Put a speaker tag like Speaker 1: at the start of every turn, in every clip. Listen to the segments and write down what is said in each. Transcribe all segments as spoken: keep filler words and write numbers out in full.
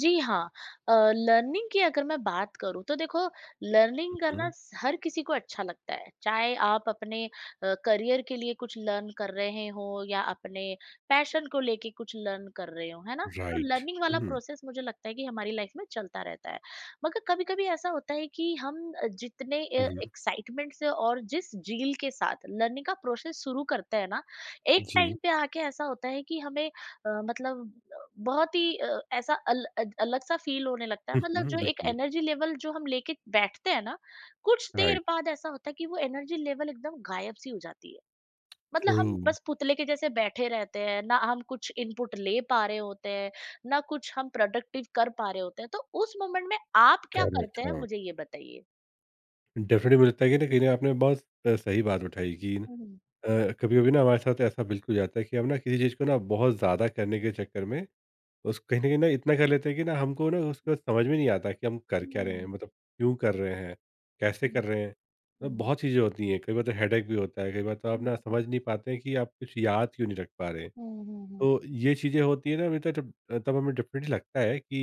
Speaker 1: जी हाँ, अ, लर्निंग की अगर मैं बात करूँ तो देखो लर्निंग करना
Speaker 2: हुँ,
Speaker 1: स- हर किसी को अच्छा लगता है। चाहे आप अपने करियर के लिए कुछ लर्न कर रहे हो या अपने पैशन को लेके कुछ लर्न कर रहे हो, है ना? तो
Speaker 2: राइट।
Speaker 1: लर्निंग वाला
Speaker 2: हुँ,
Speaker 1: प्रोसेस मुझे लगता है कि हमारी लाइफ में चलता रहता है। मगर कभी-कभी ऐसा होता है कि हम अ, जितने
Speaker 2: हुँ,
Speaker 1: एक्साइटमेंट से और जिस जील के साथ लर्निंग का प्रोसेस शुरू करते हैं ना, एक
Speaker 2: जी।
Speaker 1: टाइम पे आके ऐसा होता है कि हमें अ, मतलब बहुत ही अ, ऐसा अल अ, अलग-सा फ़ील होने लगता है
Speaker 2: हुँ,
Speaker 1: मतलब
Speaker 2: हुँ,
Speaker 1: जो एक
Speaker 2: बिल्कुल,
Speaker 1: एनर्जी लेवल जो हम लेके बैठते हैं ना, कुछ देर
Speaker 2: राइट,
Speaker 1: बाद ऐसा होता है कि वो एनर्जी लेवल एकदम गायब-सी हो जाती है। मतलब
Speaker 2: ट्रू,
Speaker 1: हम बस पुतले के जैसे बैठे रहते हैं, ना हम कुछ इनपुट ले पा रहे होते हैं, ना कुछ हम प्रोडक्टिव कर पा रहे होते हैं, तो उस मोमेंट में आप क्या
Speaker 2: करेक्ट,
Speaker 1: करते हैं
Speaker 2: हाँ।
Speaker 1: मुझे ये बताइए?
Speaker 2: डेफ़िनेटली मुझे लगता है कि ना, कहीं न आपने बहुत अ, सही बात उठाई कि
Speaker 1: हुँ,
Speaker 2: अ,
Speaker 1: हुँ,
Speaker 2: कभी-कभी ना हमारे साथ ऐसा बिल्कुल हो जाता है कि हम ना किसी चीज़ को ना बहुत ज़्यादा करने के चक्कर में उस कहीं न कहीं ना इतना कर लेते हैं कि ना हमको ना उसके बाद समझ में नहीं आता कि हम कर
Speaker 1: हुँ,
Speaker 2: क्या रहे हैं?
Speaker 1: हुँ,
Speaker 2: मतलब क्यों कर रहे हैं? कैसे कर रहे हैं? मतलब
Speaker 1: हुँ,
Speaker 2: बहुत चीज़ें होती हैं, कई बार तो हेडेक भी होता है, कई बार तो आप ना समझ नहीं पाते हैं कि आप कुछ याद क्यों नहीं रख पा रहे हैं?
Speaker 1: हुँ, हुँ, हुँ,
Speaker 2: तो ये चीज़ें होती है ना, अभी तो जब तब हमें डेफ़िनेटली लगता है कि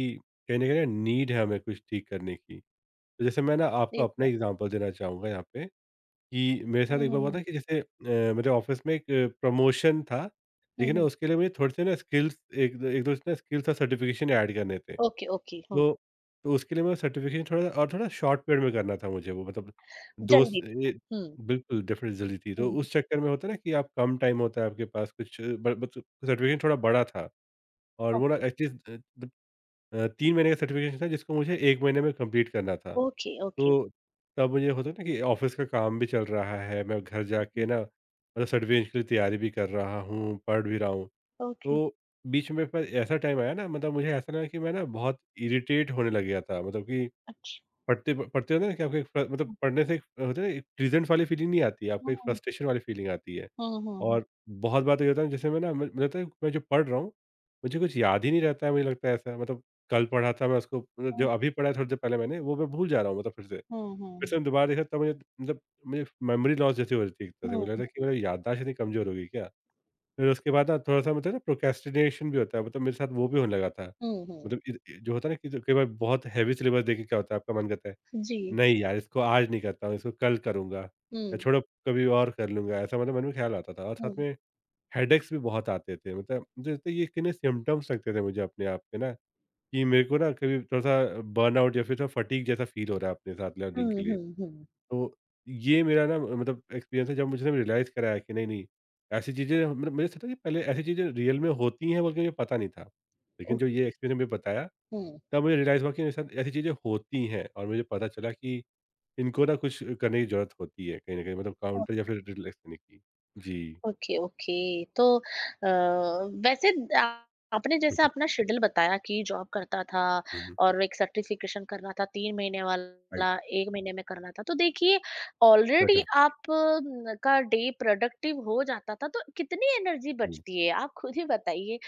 Speaker 2: कहीं न कहीं नीड है हमें कुछ ठीक करने की। तो जैसे मैं ना आपको अपना
Speaker 1: एकदम।
Speaker 2: एग्ज़ाम्पल देना चाहूँगा यहाँ पे कि मेरे साथ
Speaker 1: हुँ,
Speaker 2: एक बार
Speaker 1: हुँ,
Speaker 2: हुआ
Speaker 1: हुँ,
Speaker 2: था कि जैसे अ, मेरे ऑफ़िस में एक प्रमोशन था,
Speaker 1: हुँ,
Speaker 2: लेकिन ना
Speaker 1: हुँ,
Speaker 2: उसके लिए मुझे थोड़े से ना स्किल्स एक दो एक दो ना स्किल्स और सर्टिफ़िकेशन ऐड करने थे।
Speaker 1: ओके, ओके, हुँ।
Speaker 2: तो तो उसके लिए मैं सर्टिफ़िकेशन थोड़ा और थोड़ा शॉर्ट पीरियड में करना था, मुझे वो मतलब दोस्त
Speaker 1: जल्दी।
Speaker 2: ये
Speaker 1: हुँ।
Speaker 2: बिल्कुल डेफ़िनेटली ज़रूरी थी। तो
Speaker 1: Mhm.
Speaker 2: उस चक्कर में होता है ना कि आप कम टाइम होता है आपके पास, कुछ ब बत सर्टिफ़िकेशन थोड़ा बड़ा था। और वो ना
Speaker 1: Okay.
Speaker 2: At least uh, the uh, तीन महीने का सर्टिफ़िकेशन था जिसको मुझे एक महीने में कंप्लीट करना था।
Speaker 1: Okay. Okay.
Speaker 2: तो तब मुझे होता है ना कि ऑफ़िस का काम भी चल रहा है, मैं घर जाके
Speaker 1: Mhm.
Speaker 2: ना मतलब सर्टिफ़िकेशन के लिए तैयारी भी कर रहा हूँ, पढ़ भी रहा हूँ।
Speaker 1: Okay.
Speaker 2: तो बीच में पर ऐसा टाइम आया ना, मतलब मुझे ऐसा लगा कि मैं ना बहुत इरिटेट होने लग गया था, मतलब कि
Speaker 1: अच्छा।
Speaker 2: पढ़ते प पढ़ते हो ना कि आपको एक फ मतलब पढ़ने से एक होता है ना, एक प्रेज़ेंट वाली फ़ीलिंग नहीं आती है, आपको एक
Speaker 1: हम्म,
Speaker 2: फ्रस्ट्रेशन वाली फ़ीलिंग आती है।
Speaker 1: हम्म,
Speaker 2: और बहुत बार तो ये होता है, जैसे मैं ना मुझे मुझे लगता है मैं जो पढ़ रहा हूँ, मुझे कुछ याद ही नहीं रहता है, मुझे लगता है ऐसा मतलब कल पढ़ा था मैं उसको, मतलब जो
Speaker 1: हम्म,
Speaker 2: अभी पढ़ा है थोड़ी देर पहले मैंने, वो मैं भूल जा रहा हूँ मतलब फिर से। फिर से
Speaker 1: हम्म,
Speaker 2: मैं दोबारा देखा तब मुझे मतलब मुझे मेमोरी लॉस जैसी हो रही थी एक तरह से,
Speaker 1: हम्म,
Speaker 2: मुझे लग रहा है कि
Speaker 1: हम्म,
Speaker 2: मेरी याददाश्त इतनी कमज़ोर हो गई क्या? फिर उसके बाद ना थोड़ा-सा मतलब ना प्रोक्रेस्टिनेशन भी होता है, मतलब मेरे साथ वो भी होने लगा था।
Speaker 1: हम्म, हम्म,
Speaker 2: मतलब इ इ- जो होता है ना कि जो कई बार बहुत हेवी सिलेबस देख के क्या होता है, आपका मन करता है
Speaker 1: जी।
Speaker 2: नहीं यार, इसको आज नहीं करता हूँ, इसको कल करूँगा। या
Speaker 1: हम्म,
Speaker 2: छोड़ो, कभी और कर लूँगा, ऐसा मतलब मन में ख़्याल आता था और साथ
Speaker 1: हम्म,
Speaker 2: में हेडेक्स भी बहुत आते थे। मतलब जैसे ये कितने सिम्पटम्स लगते थे मुझे अपने आप पे ना, कि मेरे को ना कभी थोड़ा-सा बर्नआउट या फिर थोड़ा फ़टीग जैसा फ़ील हो रहा है अपने साथ लर्निंग
Speaker 1: हम्म,
Speaker 2: के लिए।
Speaker 1: हम्म, हम्म,
Speaker 2: तो ये मेरा ना मतलब एक्सपीरियंस है जब मुझे ना रियलाइज़ कराया कि नहीं-नहीं, ऐसी चीज़ें मतलब मुझे सोचा कि पहले ऐसी चीज़ें रियल में होती हैं, बल्कि मुझे पता नहीं था। लेकिन जो
Speaker 1: ओके,
Speaker 2: ये एक्सपीरियंस ने मुझे बताया,
Speaker 1: हम्म,
Speaker 2: तब मुझे रियलाइज़ हुआ कि मेरे साथ ऐसी चीज़ें होती हैं और मुझे पता चला कि इनको ना कुछ करने की ज़रूरत होती है कहीं न कहीं, मतलब काउंटर या फिर रिलैक्स देने की। जी।
Speaker 1: Okay, okay. तो अ, वैसे द आपने
Speaker 2: हुँ,
Speaker 1: जैसा
Speaker 2: हुँ,
Speaker 1: अपना शेड्यूल बताया कि जॉब करता था
Speaker 2: हुँ, हुँ।
Speaker 1: और एक सर्टिफ़िकेशन करना था तीन महीने वाला,
Speaker 2: राइट,
Speaker 1: एक महीने में करना था। तो देखिए ऑलरेडी
Speaker 2: बेटर।
Speaker 1: आप न का डे प्रोडक्टिव हो जाता था, तो कितनी एनर्जी
Speaker 2: हुँ,
Speaker 1: बचती है? आप खुद ही बताइए।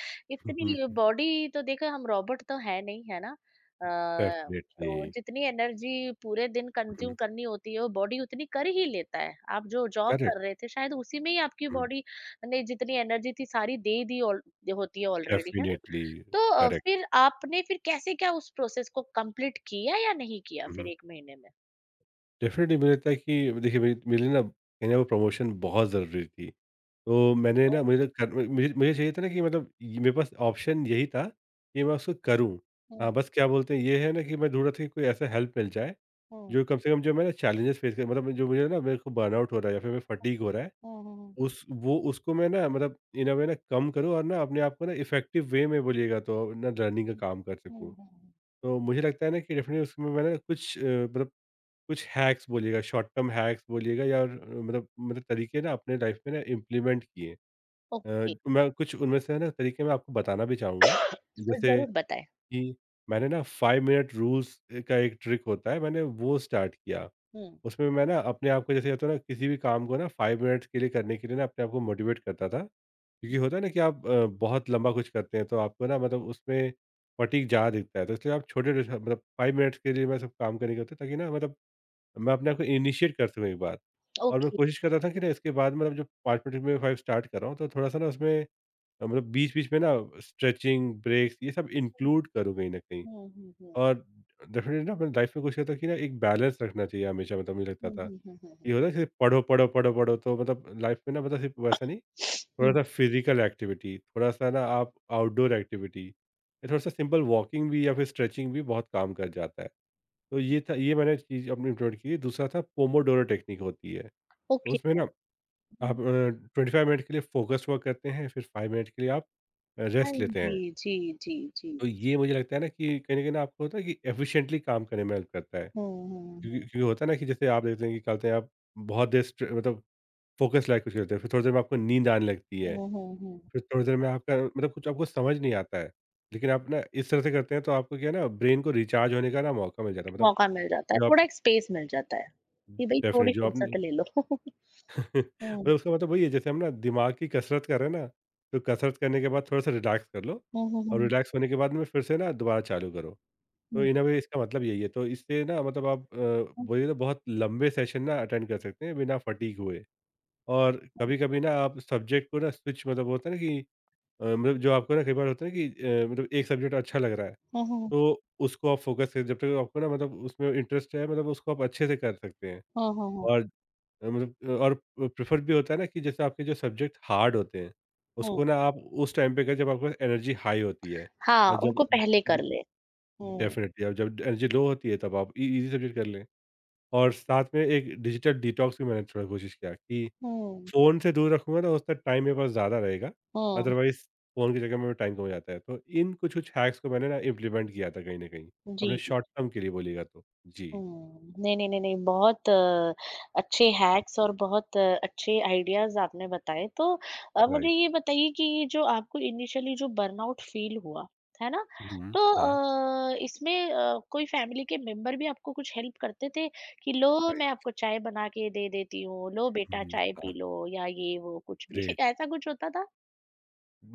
Speaker 2: हुँ,
Speaker 1: इतनी
Speaker 2: हुँ,
Speaker 1: बॉडी तो देखो हम रोबोट तो है नहीं, है ना? अ,
Speaker 2: डेफ़िनेटली।
Speaker 1: तो जितनी एनर्जी पूरे दिन
Speaker 2: हुँ,
Speaker 1: कंज्यूम करनी होती है वो बॉडी उतनी कर ही लेता है। आप जो जॉब
Speaker 2: करेक्ट।
Speaker 1: कर रहे थे शायद उसी में ही आपकी
Speaker 2: हुँ,
Speaker 1: बॉडी ने जितनी एनर्जी थी सारी दे दी, ऑल- होती है ऑलरेडी, है ना?
Speaker 2: डेफ़िनेटली
Speaker 1: तो अ,
Speaker 2: करेक्ट।
Speaker 1: फिर आपने फिर कैसे क्या उस प्रोसेस को कंप्लीट किया या नहीं किया
Speaker 2: हुँ,
Speaker 1: फिर
Speaker 2: हुँ।
Speaker 1: एक महीने में?
Speaker 2: डेफ़िनेटली मुझे लगता है कि देखिए, मेरी मेरे लिए ना कहीं न वो प्रमोशन बहुत ज़रूरी थी। तो मैंने ना
Speaker 1: ओ,
Speaker 2: मुझे कर मुझे मुझे चाहिए था ना, कि मतलब ये मेरे पास ऑप्शन यही था कि मैं उसको करूँ। हाँ,
Speaker 1: हम्म,
Speaker 2: बस क्या बोलते हैं ये है ना कि मैं ढूँढ रहा था कि कोई ऐसा हेल्प मिल जाए,
Speaker 1: हम्म,
Speaker 2: जो कम से कम जो मैं ना चैलेंजेस फ़ेस कर, मतलब जो मुझे ना मेरे को बर्नआउट हो रहा है या फिर मैं फटीग हो रहा है,
Speaker 1: हम्म, हम्म,
Speaker 2: उस वो उसको मैं ना मतलब इन अ वे ना कम करूँ और ना अपने आप को ना इफ़ेक्टिव वे में बोलिएगा तो ना रनिंग का काम कर
Speaker 1: हम्म,
Speaker 2: सकूँ।
Speaker 1: हम्म,
Speaker 2: तो मुझे लगता है ना कि डेफ़िनेटली उसमें मैंने कुछ अ, मतलब कुछ हैक्स बोलिएगा, शॉर्ट टर्म हैक्स बोलिएगा या अ, मतलब मतलब तरीके ना अपने लाइफ में ना इम्प्लीमेंट किए। अ,
Speaker 1: ओके।
Speaker 2: तो मैं कुछ उनमें से ना तरीके मैं आपको बताना भी चाहूँगा।
Speaker 1: तो
Speaker 2: जैसे
Speaker 1: जरूर बताएं।
Speaker 2: कि मैंने ना फाइव मिनट रूल्स अ, का एक ट्रिक होता है, मैंने वो स्टार्ट किया।
Speaker 1: हम्म,
Speaker 2: उसमें मैं ना अपने आप को जैसे होता है ना किसी भी काम को ना फाइव मिनट्स के लिए करने के लिए ना अपने आप को मोटिवेट करता था। क्योंकि
Speaker 1: हम्म,
Speaker 2: होता है ना कि आप अ, बहुत लंबा कुछ करते हैं तो आपको ना मतलब उसमें फटीग ज़्यादा दिखता है। तो इसलिए आप छोटे-छोटे मतलब फाइव मिनट्स के लिए मैं सब काम करने के होते हैं ताकि ना मतलब मैं अपने आप को इनिशिएट करते हुए एक बार, और मैं
Speaker 1: ओके,
Speaker 2: कोशिश कर रहा था कि ना इसके बाद मतलब जो फाइव मिनट में फाइव स्टार्ट कर रहा हूँ तो थोड़ा-सा ना उसमें अ, मतलब बीच-बीच में ना स्ट्रेचिंग, ब्रेक्स ये सब
Speaker 1: हम्म,
Speaker 2: इंक्लूड करूँ कहीं न कहीं।
Speaker 1: हम्म, हम्म,
Speaker 2: और डेफ़िनेटली ना अपनी लाइफ़ में कोशिश करता हूँ कि ना एक बैलेंस रखना चाहिए हमेशा, मतलब मुझे लगता
Speaker 1: हम्म,
Speaker 2: था।
Speaker 1: हम्म, हम्म, हम्म,
Speaker 2: ये होता है सिर्फ़ पढ़ो, पढ़ो, पढ़ो, पढ़ो तो मतलब लाइफ़ में ना मतलब सिर्फ़ वैसा नहीं,
Speaker 1: हम्म,
Speaker 2: थोड़ा-सा फिज़िकल एक्टिविटी, थोड़ा-सा ना आप आउटडोर एक्टिविटी, या थोड़ा-सा सिंपल वॉकिंग भी या फिर स्ट्रेचिंग भी बहुत काम कर जाता है। तो ये था, ये मैंने चीज़ अपनी इम्प्लीमेंट की। दूसरा था पोमोडोरो टेक्निक होती है।
Speaker 1: ओके,
Speaker 2: उसमें ना
Speaker 1: हम्म,
Speaker 2: आप अ, ट्वेंटी फाइव मिनट के लिए फ़ोकस्ड वर्क करते हैं, फिर फाइव मिनट के लिए आप अ,
Speaker 1: हाँ,
Speaker 2: रेस्ट लेते हैं।
Speaker 1: जी, जी, जी, जी।
Speaker 2: तो ये मुझे लगता है ना कि कहीं न कहीं ना आपको होता है कि एफ़िशिएंटली काम करने में हेल्प करता है।
Speaker 1: हुँ, हुँ,
Speaker 2: क्योंकि
Speaker 1: हुँ।
Speaker 2: क्योंकि होता है ना कि जैसे आप देखते हैं कि क्या बोलते हैं आप बहुत देर स्ट्रे मतलब फ़ोकस लायक कुछ करते हैं, फिर थोड़ी देर में आपको नींद आने लगती है,
Speaker 1: हुँ, हुँ, हुँ।
Speaker 2: फिर थोड़ी देर में आपका मतलब कुछ आपको समझ नहीं आता है। लेकिन आप ना इस तरह से करते हैं तो आपको क्या है ना ब्रेन को रिचार्ज होने का ना मौका मिल जाता है। मतलब
Speaker 1: मौका मिल जाता है,
Speaker 2: जो आप
Speaker 1: थोड़ा एक स्पेस मिल जाता है, कि भई
Speaker 2: डेफ़िनेट
Speaker 1: थोड़ी
Speaker 2: जो आपने
Speaker 1: फुर्सत ले लो। हुँ।
Speaker 2: मतलब उसका मतलब वही है, जैसे हम ना दिमाग की कसरत कर रहे हैं ना, तो कसरत करने के बाद थोड़ा-सा रिलैक्स कर लो
Speaker 1: हुँ, हुँ,
Speaker 2: और
Speaker 1: हुँ।
Speaker 2: रिलैक्स होने के बाद में फिर से ना दोबारा चालू करो। तो
Speaker 1: हुँ,
Speaker 2: इन अ वे इसका मतलब यही है। तो इससे ना मतलब आप अ,
Speaker 1: हुँ, हुँ।
Speaker 2: बोलिए तो बहुत लंबे सेशन ना अटेंड कर सकते हैं बिना फटीग हुए। और कभी-कभी ना आप सब्जेक्ट को ना स्विच मतलब होता है ना कि अ, मतलब जो आपको ना कई बार होता है ना कि अ, मतलब एक सब्जेक्ट अच्छा लग रहा है
Speaker 1: हुँ, हुँ,
Speaker 2: तो उसको आप फ़ोकस करें जब तक आपको ना मतलब उसमें इंटरेस्ट है, मतलब उसको आप अच्छे से कर सकते हैं।
Speaker 1: हुँ, हुँ, हुँ,
Speaker 2: और अ, मतलब अ, और अ, प्रेफर भी होता है ना कि जैसे आपके जो सब्जेक्ट हार्ड होते हैं,
Speaker 1: हुँ।
Speaker 2: उसको ना आप उस टाइम पे करें जब आपके पास एनर्जी हाई होती है। और
Speaker 1: हाँ,
Speaker 2: जब
Speaker 1: उनको
Speaker 2: अ,
Speaker 1: पहले कर
Speaker 2: जी,
Speaker 1: लें। हुँ।
Speaker 2: डेफ़िनिटली और जब एनर्जी लो होती है तब आप इ ईज़ी सब्जेक्ट कर लें। और साथ में एक डिजिटल डिटॉक्स भी मैंने थोड़ा कोशिश किया कि
Speaker 1: हुँ,
Speaker 2: फ़ोन से दूर रखूँगा ना उतना टाइम मेरे पास ज़्यादा रहेगा,
Speaker 1: हुँ।
Speaker 2: अदरवाइज़ फ़ोन की जगह मेरा टाइम कम हो जाता है। तो इन कुछ-कुछ हैक्स को मैंने ना इम्प्लीमेंट किया था कहीं न कहीं, अपने
Speaker 1: जी।
Speaker 2: शॉर्ट टर्म के लिए बोलिएगा तो। जी,
Speaker 1: हुँ। नहीं, नहीं, नहीं, नहीं बहुत अ, अच्छे हैक्स और बहुत अ, अच्छे आइडियाज़ आपने बताए। तो अ, मुझे
Speaker 2: राइट।
Speaker 1: ये बताइए कि ये जो आपको इनिशियली जो बर्नआउट फ़ील हुआ, है ना?
Speaker 2: हुँ,
Speaker 1: तो
Speaker 2: हाँ,
Speaker 1: अ, इसमें अ, कोई फ़ैमिली के मेंबर भी आपको कुछ हेल्प करते थे कि लो मैं
Speaker 2: राइट।
Speaker 1: आपको चाय बना के दे देती हूँ, लो
Speaker 2: हुँ,
Speaker 1: बेटा चाय
Speaker 2: हाँ,
Speaker 1: पी लो या ये वो कुछ भी
Speaker 2: ग्रेट।
Speaker 1: ऐसा कुछ होता था?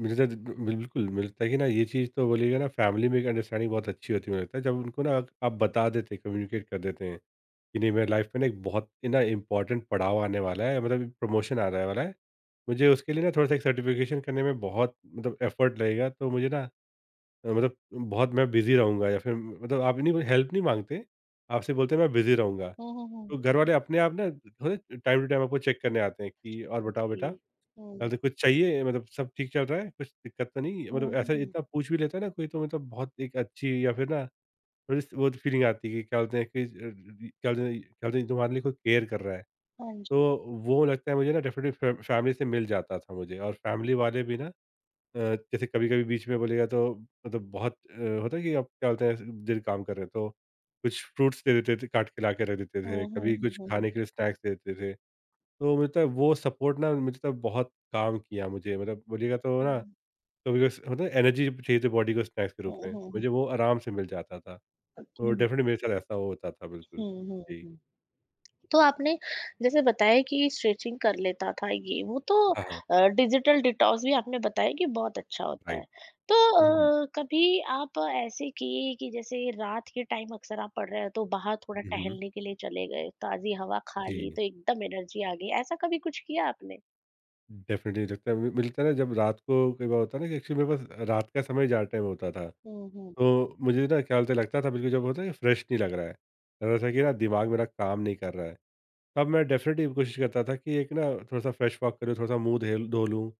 Speaker 2: मुझे तो बिल बिल्कुल, मिलता है कि ना ये चीज़ तो बोलिएगा ना, फैमिली में एक अंडरस्टैंडिंग बहुत अच्छी होती है मुझे लगता है। जब उनको ना आप बता देते हैं, कम्युनिकेट कर देते हैं, कि नहीं मेरे लाइफ में ना एक बहुत ही ना इम्पोर्टेंट पड़ाव आने वाला है, मतलब प्रमोशन आने वाला है। मुझे उसके लिए ना थोड़ा-सा एक सर्टिफिकेशन करने में बहुत मतलब एफर्ट लगेगा, तो मुझे ना मतलब बहुत मैं बिज़ी रहूँगा या फिर मतलब आप नहीं कोई हेल्प नहीं माँगते, आपसे बोलते हैं मैं बिज़ी रहूँगा।
Speaker 1: हुँ, हुँ, हुँ।
Speaker 2: तो घर वाले अपने आप ना थोड़े टाइम टू टाइम आपको चेक करने आते हैं कि और बताओ
Speaker 1: जी।
Speaker 2: बेटा,
Speaker 1: हुँ।
Speaker 2: अरे कुछ चाहिए, मतलब सब ठीक चल रहा है? कुछ दिक्कत तो नहीं?
Speaker 1: हुँ,
Speaker 2: मतलब ऐसा
Speaker 1: हुँ।
Speaker 2: इतना पूछ भी लेता है ना कोई तो मतलब बहुत एक अच्छी या फिर ना थोड़ी सी वो फीलिंग आती है कि क्या बोलते हैं कि अ, क्या बोलते हैं क्या बोलते हैं तुम्हारे लिए कोई केयर कर रहा है।
Speaker 1: हाँ जी।
Speaker 2: तो वो लगता है मुझे ना डेफ़िनेटली फै फैमिली से मिल जाता था मुझे और फैमिली वाले भी ना अ, जैसे कभी-कभी बीच में बोलेगा तो मतलब बहुत अ, होता है कि आप क्या बोलते हैं दिन काम कर रहे हैं तो कुछ फ्रूट्स दे देते थे काट के ला के रख देते
Speaker 1: हुँ,
Speaker 2: थे,
Speaker 1: हुँ,
Speaker 2: कभी
Speaker 1: हुँ,
Speaker 2: कुछ
Speaker 1: हुँ, हुँ।
Speaker 2: खाने के लिए स्नैक्स दे देते थे। तो मुझे लगता है वो सपोर्ट ना मुझे लगता है बहुत काम किया मुझे मतलब बोलिएगा तो ना कभी कभी मतलब एनर्जी चाहिए थी बॉडी को स्नैक्स के रूप
Speaker 1: हुँ,
Speaker 2: में
Speaker 1: हुँ,
Speaker 2: मुझे वो आराम से मिल जाता था। तो
Speaker 1: हुँ।
Speaker 2: डेफिनेटली मेरे साथ ऐसा होता था बिल्कुल।
Speaker 1: हुँ, हुँ,
Speaker 2: जी।
Speaker 1: हुँ। तो आपने जैसे बताया कि स्ट्रेचिंग कर लेता था ये वो, तो
Speaker 2: हाँ हाँ।
Speaker 1: अ, डिजिटल डिटॉक्स भी आपने बताया कि बहुत अच्छा होता है।
Speaker 2: राइट।
Speaker 1: तो
Speaker 2: हम्म।
Speaker 1: अ, कभी आप ऐसे किए कि जैसे रात के टाइम अक्सर आप पढ़ रहे हो तो बाहर थोड़ा
Speaker 2: हम्म,
Speaker 1: टहलने के लिए चले गए, ताज़ी हवा खा ली
Speaker 2: जी।
Speaker 1: तो एकदम एनर्जी आ गई, ऐसा कभी कुछ किया आपने?
Speaker 2: डेफिनेटली लगता है मि- मिलता है ना जब रात को कई बार होता है ना कि एक्चुअली मेरे पास रात का समय ज़्यादा टाइम होता था।
Speaker 1: हुँ, हुँ।
Speaker 2: तो मुझे ना क्या बोलते हैं, लगता था बिल्कुल जब होता है फ्रेश नहीं लग रहा है। लग रहा था कि ना दिमाग मेरा काम नहीं कर रहा है। तब मैं डेफ़िनेटली कोशिश करता था कि एक ना थोड़ा-सा फ्रेश वॉक करूँ, थोड़ा-सा मुँह धेल धो लूँ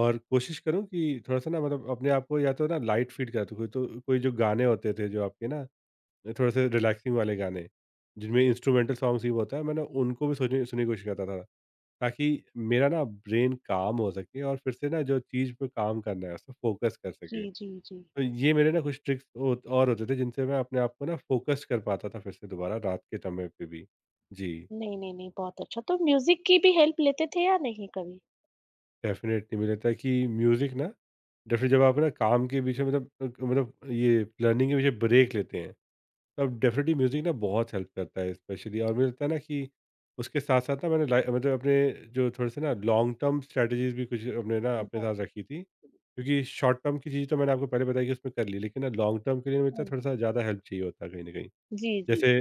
Speaker 2: और कोशिश करूँ कि थोड़ा-सा ना मतलब अपने आप को या तो ना लाइट फ़ील करा कोई तो कोई जो गाने होते थे जो आपके ना थोड़े-से रिलैक्सिंग वाले गाने, जिनमें इंस्ट्रूमेंटल सॉन्ग्स ही होता है, मैं ना उनको भी सोचने सुनने की कोशिश करता था, ताकि मेरा ना ब्रेन काम हो सके और फिर से ना जो चीज़ पे काम करना है, उस पे फ़ोकस कर
Speaker 1: जी,
Speaker 2: सके।
Speaker 1: जी, जी।
Speaker 2: तो ये मेरे ना कुछ ट्रिक्स होत और होते थे जिनसे मैं अपने आप को ना फ़ोकस कर पाता था फिर से दोबारा रात के समय पे भी। जी।
Speaker 1: नहीं, नहीं, नहीं बहुत अच्छा। तो म्यूज़िक की भी हेल्प लेते थे या नहीं कभी?
Speaker 2: डेफ़िनेटली मुझे लगता है कि म्यूज़िक ना डेफ़िनेटली जब आप ना काम के बीच में मतलब अ, मतलब ये लर्निंग के बीच ब्रेक लेते हैं तब डेफ़िनेटली म्यूज़िक ना बहुत हेल्प करता है स्पेशली। और मुझे लगता है ना कि उसके साथ साथ ना मैंने लाइ मतलब अपने जो थोड़े से ना लॉन्ग टर्म स्ट्रैटेजीज़ भी कुछ अपने ना
Speaker 1: हुँ,
Speaker 2: अपने
Speaker 1: हुँ,
Speaker 2: साथ रखी थी। क्योंकि शॉर्ट टर्म की चीज़ तो मैंने आपको पहले बताई कि उसमें कर ली लेकिन ना लॉन्ग टर्म के लिए मुझे लगता है
Speaker 1: हुँ।
Speaker 2: थोड़ा-सा ज़्यादा हेल्प चाहिए होता है कहीं न कहीं।
Speaker 1: जी, जी।
Speaker 2: जैसे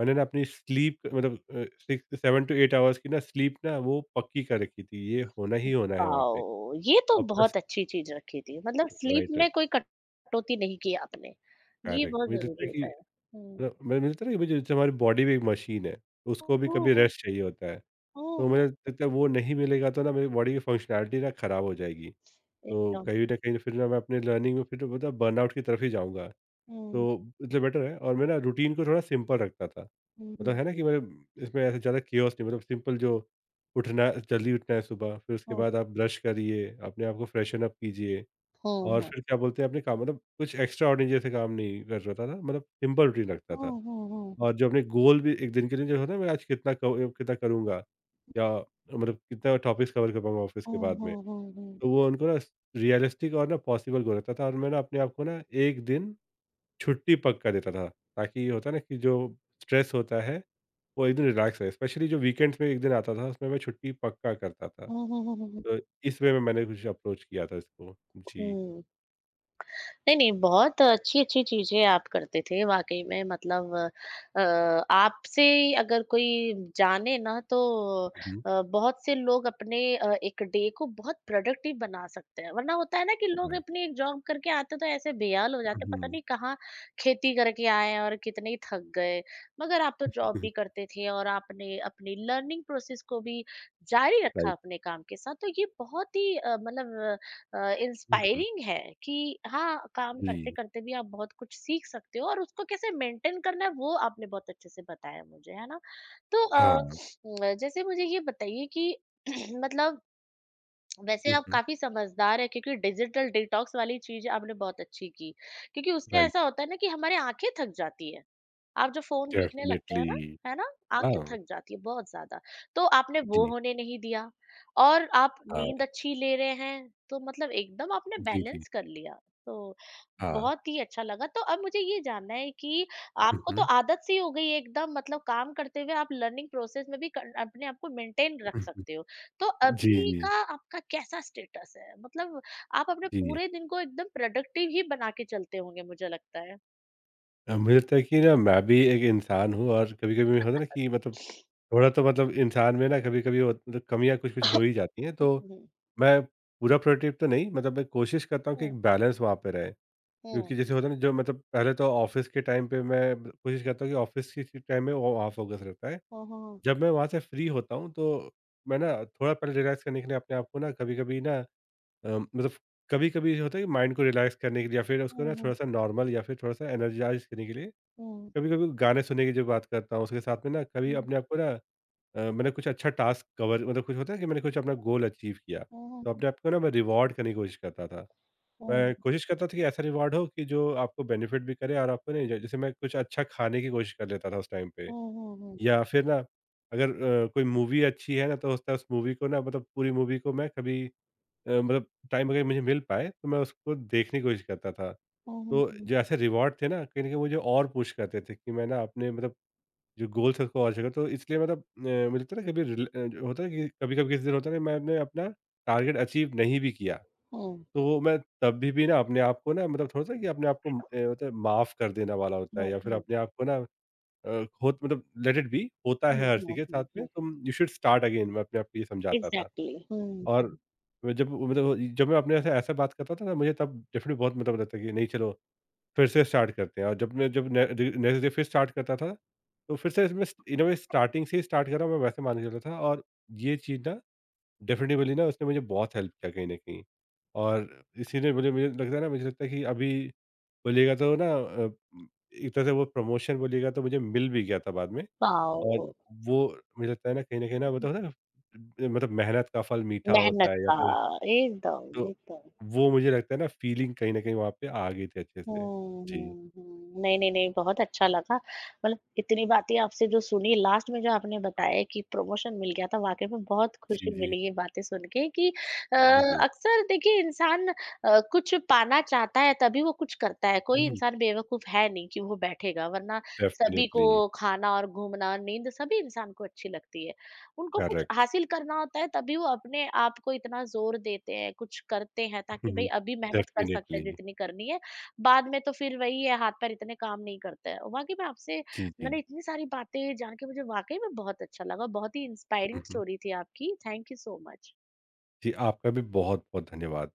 Speaker 2: मैंने ना अपनी स्लीप मतलब अ, six seven to eight hours की ना स्लीप ना वो पक्की कर रखी थी, ये होना ही होना है वहाँ पे।
Speaker 1: वाओ! ये तो
Speaker 2: आपका स
Speaker 1: बहुत अच्छी चीज़ रखी थी, मतलब
Speaker 2: राइट
Speaker 1: स्लीप
Speaker 2: राइट,
Speaker 1: में कोई कटौती नहीं की आपने, ये
Speaker 2: करेक्ट।
Speaker 1: बहुत
Speaker 2: मुझे लगता
Speaker 1: ज़रूरी
Speaker 2: है कि
Speaker 1: होता है। हुँ।
Speaker 2: मतलब मैं- मुझे लगता है ना कि मुझे जैसे हमारी बॉडी भी एक मशीन है,
Speaker 1: हुँ,
Speaker 2: उसको भी कभी
Speaker 1: हुँ,
Speaker 2: रेस्ट चाहिए होता है।
Speaker 1: हुँ,
Speaker 2: तो
Speaker 1: हुँ,
Speaker 2: मुझे लगता है वो नहीं मिलेगा तो ना मेरी बॉडी की फंक्शनैलिटी ना ख़राब हो जाएगी। तो
Speaker 1: एकदम।
Speaker 2: कहीं न कहीं फिर ना मैं अपने लर्निंग में फिर मतलब बर्नआउट की तरफ ही जाऊँगा। तो
Speaker 1: हुँ,
Speaker 2: इसलिए बेटर है। और मैं ना रूटीन को थोड़ा सिंपल रखता था।
Speaker 1: हुँ,
Speaker 2: मतलब
Speaker 1: हुँ,
Speaker 2: है ना कि मतलब इसमें ऐसे ज़्यादा केओस नहीं मतलब सिंपल जो उठना जल्दी उठना है सुबह, फिर उसके
Speaker 1: हुँ,
Speaker 2: बाद आप ब्रश करिए, अपने आप को फ्रेशन अप कीजिए।
Speaker 1: हुँ,
Speaker 2: और
Speaker 1: हुँ,
Speaker 2: फिर क्या बोलते हैं अपने काम मतलब कुछ एक्स्ट्राऑर्डिनरी जैसे काम नहीं कर रहा था ना, मतलब सिंपल रूटीन रखता था।
Speaker 1: हुँ, हुँ, हुँ,
Speaker 2: और जो अपने गोल भी एक दिन के लिए जो होता है ना मैं आज कितना क कितना करूँगा या मतलब कितना टॉपिक्स कवर कर पाऊँगा ऑफ़िस के
Speaker 1: हुँ, हुँ,
Speaker 2: बाद में।
Speaker 1: हुँ, हुँ, हुँ,
Speaker 2: तो वो उनको ना रियलिस्टिक और ना पॉसिबल गोल रखता था और मैं ना अपने आप को ना एक दिन छुट्टी पक्का देता था। ताकि ये होता है ना कि जो स्ट्रेस होता है वो एक दिन रिलैक्स रहे। स्पेशली जो वीकेंड्स में एक दिन आता था उसमें मैं छुट्टी पक्का करता था।
Speaker 1: हुँ, हुँ, हुँ,
Speaker 2: तो इस वे में मैंने कुछ अप्रोच किया था इसको। जी।
Speaker 1: हुँ। नहीं, नहीं, बहुत अच्छी-अच्छी चीज़ें आप करते थे वाक़ई में मतलब अ, आपसे अगर कोई जाने ना तो
Speaker 2: हुँ, हुँ।
Speaker 1: अ, बहुत से लोग अपने अ, एक डे को बहुत प्रोडक्टिव बना सकते हैं। वरना होता है ना कि लोग
Speaker 2: राइट।
Speaker 1: अपनी एक जॉब करके आते तो ऐसे बेहाल हो
Speaker 2: हुँ,
Speaker 1: जाते, पता
Speaker 2: हुँ।
Speaker 1: नहीं कहाँ खेती करके आए हैं और कितने ही थक गए। मगर आप तो जॉब भी करते थे और आपने अपनी लर्निंग प्रोसेस को भी जारी रखा
Speaker 2: राइट।
Speaker 1: अपने काम के साथ, तो ये बहुत ही अ, मतलब
Speaker 2: हुँ, हुँ।
Speaker 1: इंस्पायरिंग है कि हाँ, काम करते
Speaker 2: जी,
Speaker 1: करते भी आप बहुत कुछ सीख सकते हो, और उसको कैसे मेंटेन करना है वो आपने बहुत अच्छे से बताया मुझे, है ना? तो अ,
Speaker 2: हाँ।
Speaker 1: जैसे मुझे ये बताइए कि मतलब वैसे
Speaker 2: हुँ,
Speaker 1: आप
Speaker 2: हुँ।
Speaker 1: काफी समझदार है, क्योंकि डिजिटल डिटॉक्स वाली चीज आपने बहुत अच्छी की। क्योंकि उससे
Speaker 2: राइट,
Speaker 1: ऐसा होता है ना कि हमारे आंखें थक जाती है, आप जो फोन देखने लगते हैं
Speaker 2: डेफ़िनेटली।
Speaker 1: ना, है ना, आंखें
Speaker 2: हाँ,
Speaker 1: थक जाती है बहुत ज्यादा। तो आपने वो
Speaker 2: जी,
Speaker 1: होने नहीं दिया, और आप
Speaker 2: हाँ।
Speaker 1: नींद अच्छी ले रहे हैं, तो मतलब एकदम आपने
Speaker 2: जी, जी,
Speaker 1: बैलेंस कर लिया, तो
Speaker 2: हाँ।
Speaker 1: बहुत ही अच्छा लगा। तो अब मुझे ये जानना है कि
Speaker 2: हुँ,
Speaker 1: आपको तो
Speaker 2: हुँ।
Speaker 1: आदत सी हो गई है एकदम, मतलब काम करते हुए आप लर्निंग प्रोसेस में भी कर, अपने आप को मेंटेन रख
Speaker 2: हुँ, हुँ।
Speaker 1: सकते हो। तो
Speaker 2: जी,
Speaker 1: अभी
Speaker 2: जी,
Speaker 1: का आपका कैसा स्टेटस है? मतलब आप अपने
Speaker 2: जी।
Speaker 1: पूरे दिन को एकदम प्रोडक्टिव ही बना के चलते होंगे मुझे लगता है।
Speaker 2: अ, मुझे लगता है कि ना मैं भी एक इंसान हूँ और कभी-कभी होता है ना कि मतलब थोड़ा तो मतलब इंसान में ना कभी-कभी हो मतलब कमियाँ कुछ-कुछ हो ही जाती हैं, तो
Speaker 1: हुँ,
Speaker 2: मैं पूरा प्रोडक्टिव तो नहीं। मतलब मैं कोशिश करता हूँ कि
Speaker 1: हुँ,
Speaker 2: एक बैलेंस वहाँ पे रहे।
Speaker 1: हुँ,
Speaker 2: क्योंकि जैसे होता है ना जो मतलब पहले तो ऑफ़िस के टाइम पे मैं कोशिश करता हूँ कि ऑफ़िस के टाइम में वो वहाँ फ़ोकस रहता है।
Speaker 1: हुँ, हुँ,
Speaker 2: जब मैं वहाँ से फ्री होता हूँ तो मैं ना थोड़ा पहले रिलैक्स करने के लिए अपने आप को ना कभी-कभी ना अ, मतलब कभी-कभी होता है कि माइंड को रिलैक्स करने के लिए या फिर उसको
Speaker 1: हुँ,
Speaker 2: ना
Speaker 1: हुँ,
Speaker 2: थोड़ा-सा नॉर्मल या फिर थोड़ा-सा एनर्जाइज़ करने के लिए
Speaker 1: हुँ,
Speaker 2: कभी-कभी गाने सुनने की जो बात करता हूँ, उसके साथ में ना कभी
Speaker 1: हुँ,
Speaker 2: अपने आप को ना अ, मैंने कुछ अच्छा टास्क कवर मतलब कुछ होता है कि मैंने कुछ अपना गोल अचीव किया,
Speaker 1: हुँ,
Speaker 2: तो
Speaker 1: हुँ,
Speaker 2: अपने आप को ना मैं रिवॉर्ड करने की कोशिश करता था। मैं
Speaker 1: हुँ,
Speaker 2: कोशिश करता था कि ऐसा रिवॉर्ड हो कि जो आपको बेनिफिट भी करे और आपको नहीं जैसे मैं कुछ अच्छा खाने की कोशिश कर लेता था उस टाइम पे।
Speaker 1: हुँ, हुँ, हुँ,
Speaker 2: या फिर ना अगर अ, कोई मूवी अच्छी है ना तो होता है उस मूवी को ना मतलब पूरी मूवी को मैं कभी अ, मतलब टाइम अगर मुझे मिल पाए तो मैं उसको देखने की कोशिश करता था।
Speaker 1: हुँ,
Speaker 2: तो जो ऐसे रिवार्ड थे ना कहीं न कहीं मुझे और पुश करते थे कि मैं ना अपने मतलब जो गोल्स है उसको और जगह तो इसलिए मतलब अ, मिलता है ना कभी रिल अ, जो होता है कि कभी-कभी किसी दिन होता है ना मैंने अपना टारगेट अचीव नहीं भी किया,
Speaker 1: हुँ,
Speaker 2: तो वो मैं तब भी भी ना अपने आप को ना मतलब थोड़ा-सा कि अपने आप को अ, होता है माफ़ कर देने वाला होता
Speaker 1: हुँ,
Speaker 2: है या फिर
Speaker 1: हुँ,
Speaker 2: अपने आप को ना अ, होत मतलब लेट इट बी होता है हर किसी के साथ में
Speaker 1: हुँ,
Speaker 2: तुम यू शुड स्टार्ट अगेन मैं अपने आप को ये समझाता था।
Speaker 1: एग्ज़ैक्टली, हुँ।
Speaker 2: और मैं जब मतलब जब मैं अपने से ऐसा बात करता था ना मुझे तब डेफिनिटली बहुत मतलब लगता है कि नहीं चलो फिर से स्टार्ट करते हैं। और जब मैं जब ने ड नेक्स्ट डे फिर स्टार्ट करता था, तो फिर से इसमें इन अ वे स्टार्टिंग से ही स्टार्ट कर रहा हूँ मैं वैसे मान के चलता था। और ये चीज़ ना डेफिनिटली ना उसने मुझे बहुत हेल्प किया कहीं न कहीं। और इसीलिए मुझे मुझे लगता है ना मुझे लगता है कि अभी बोलिएगा तो ना अ, एक तरह से वो प्रमोशन बोलिएगा तो मुझे मिल भी गया था बाद में। और
Speaker 1: वाओ!
Speaker 2: वो मुझे लगता है ना कहीं न कहीं ना मतलब होता है ना मतलब मेहनत का फल मीठा होता
Speaker 1: मेहनत
Speaker 2: है या
Speaker 1: का
Speaker 2: फिर
Speaker 1: एकदम,
Speaker 2: तो
Speaker 1: एकदम।
Speaker 2: वो मुझे लगता है ना फीलिंग कहीं न कहीं वहाँ पे आ गई थी अच्छे से।
Speaker 1: हुँ,
Speaker 2: जी।
Speaker 1: हुँ, हुँ। नहीं, नहीं, नहीं, बहुत अच्छा लगा। मतलब इतनी बातें आपसे जो सुनी, लास्ट में जो आपने बताया कि प्रमोशन मिल गया था, वाक़ई में बहुत
Speaker 2: जी,
Speaker 1: खुशी
Speaker 2: जी।
Speaker 1: मिली ये बातें सुन के कि अ,
Speaker 2: बिल्कुल।
Speaker 1: अक्सर देखिए इंसान अ, कुछ पाना चाहता है, तभी वो कुछ करता है। कोई
Speaker 2: हुँ,
Speaker 1: इंसान बेवकूफ़ है नहीं कि वो बैठेगा, वरना सभी को
Speaker 2: डेफ़िनिटली।
Speaker 1: खाना और घूमना, नींद सभी इंसान को अच्छी लगती है। उनको कुछ
Speaker 2: करेक्ट।
Speaker 1: हासिल करना होता है, तभी वो अपने आप को इतना ज़ोर देते हैं, कुछ करते हैं ताकि भई अभी मेहनत कर सकते
Speaker 2: डेफ़िनिटली।
Speaker 1: हैं जितनी करनी है। बाद में तो फिर वही है, हाथ पैर इतने काम नहीं करते हैं। वाकई में आपसे
Speaker 2: जी, जी।
Speaker 1: मैंने इतनी सारी बातें जान के मुझे वाकई में बहुत अच्छा लगा, बहुत ही
Speaker 2: हुँ,
Speaker 1: इंस्पायरिंग
Speaker 2: हुँ।
Speaker 1: स्टोरी थी आपकी। Thank you so much.
Speaker 2: जी, आपका भी बहुत-बहुत धन्यवाद।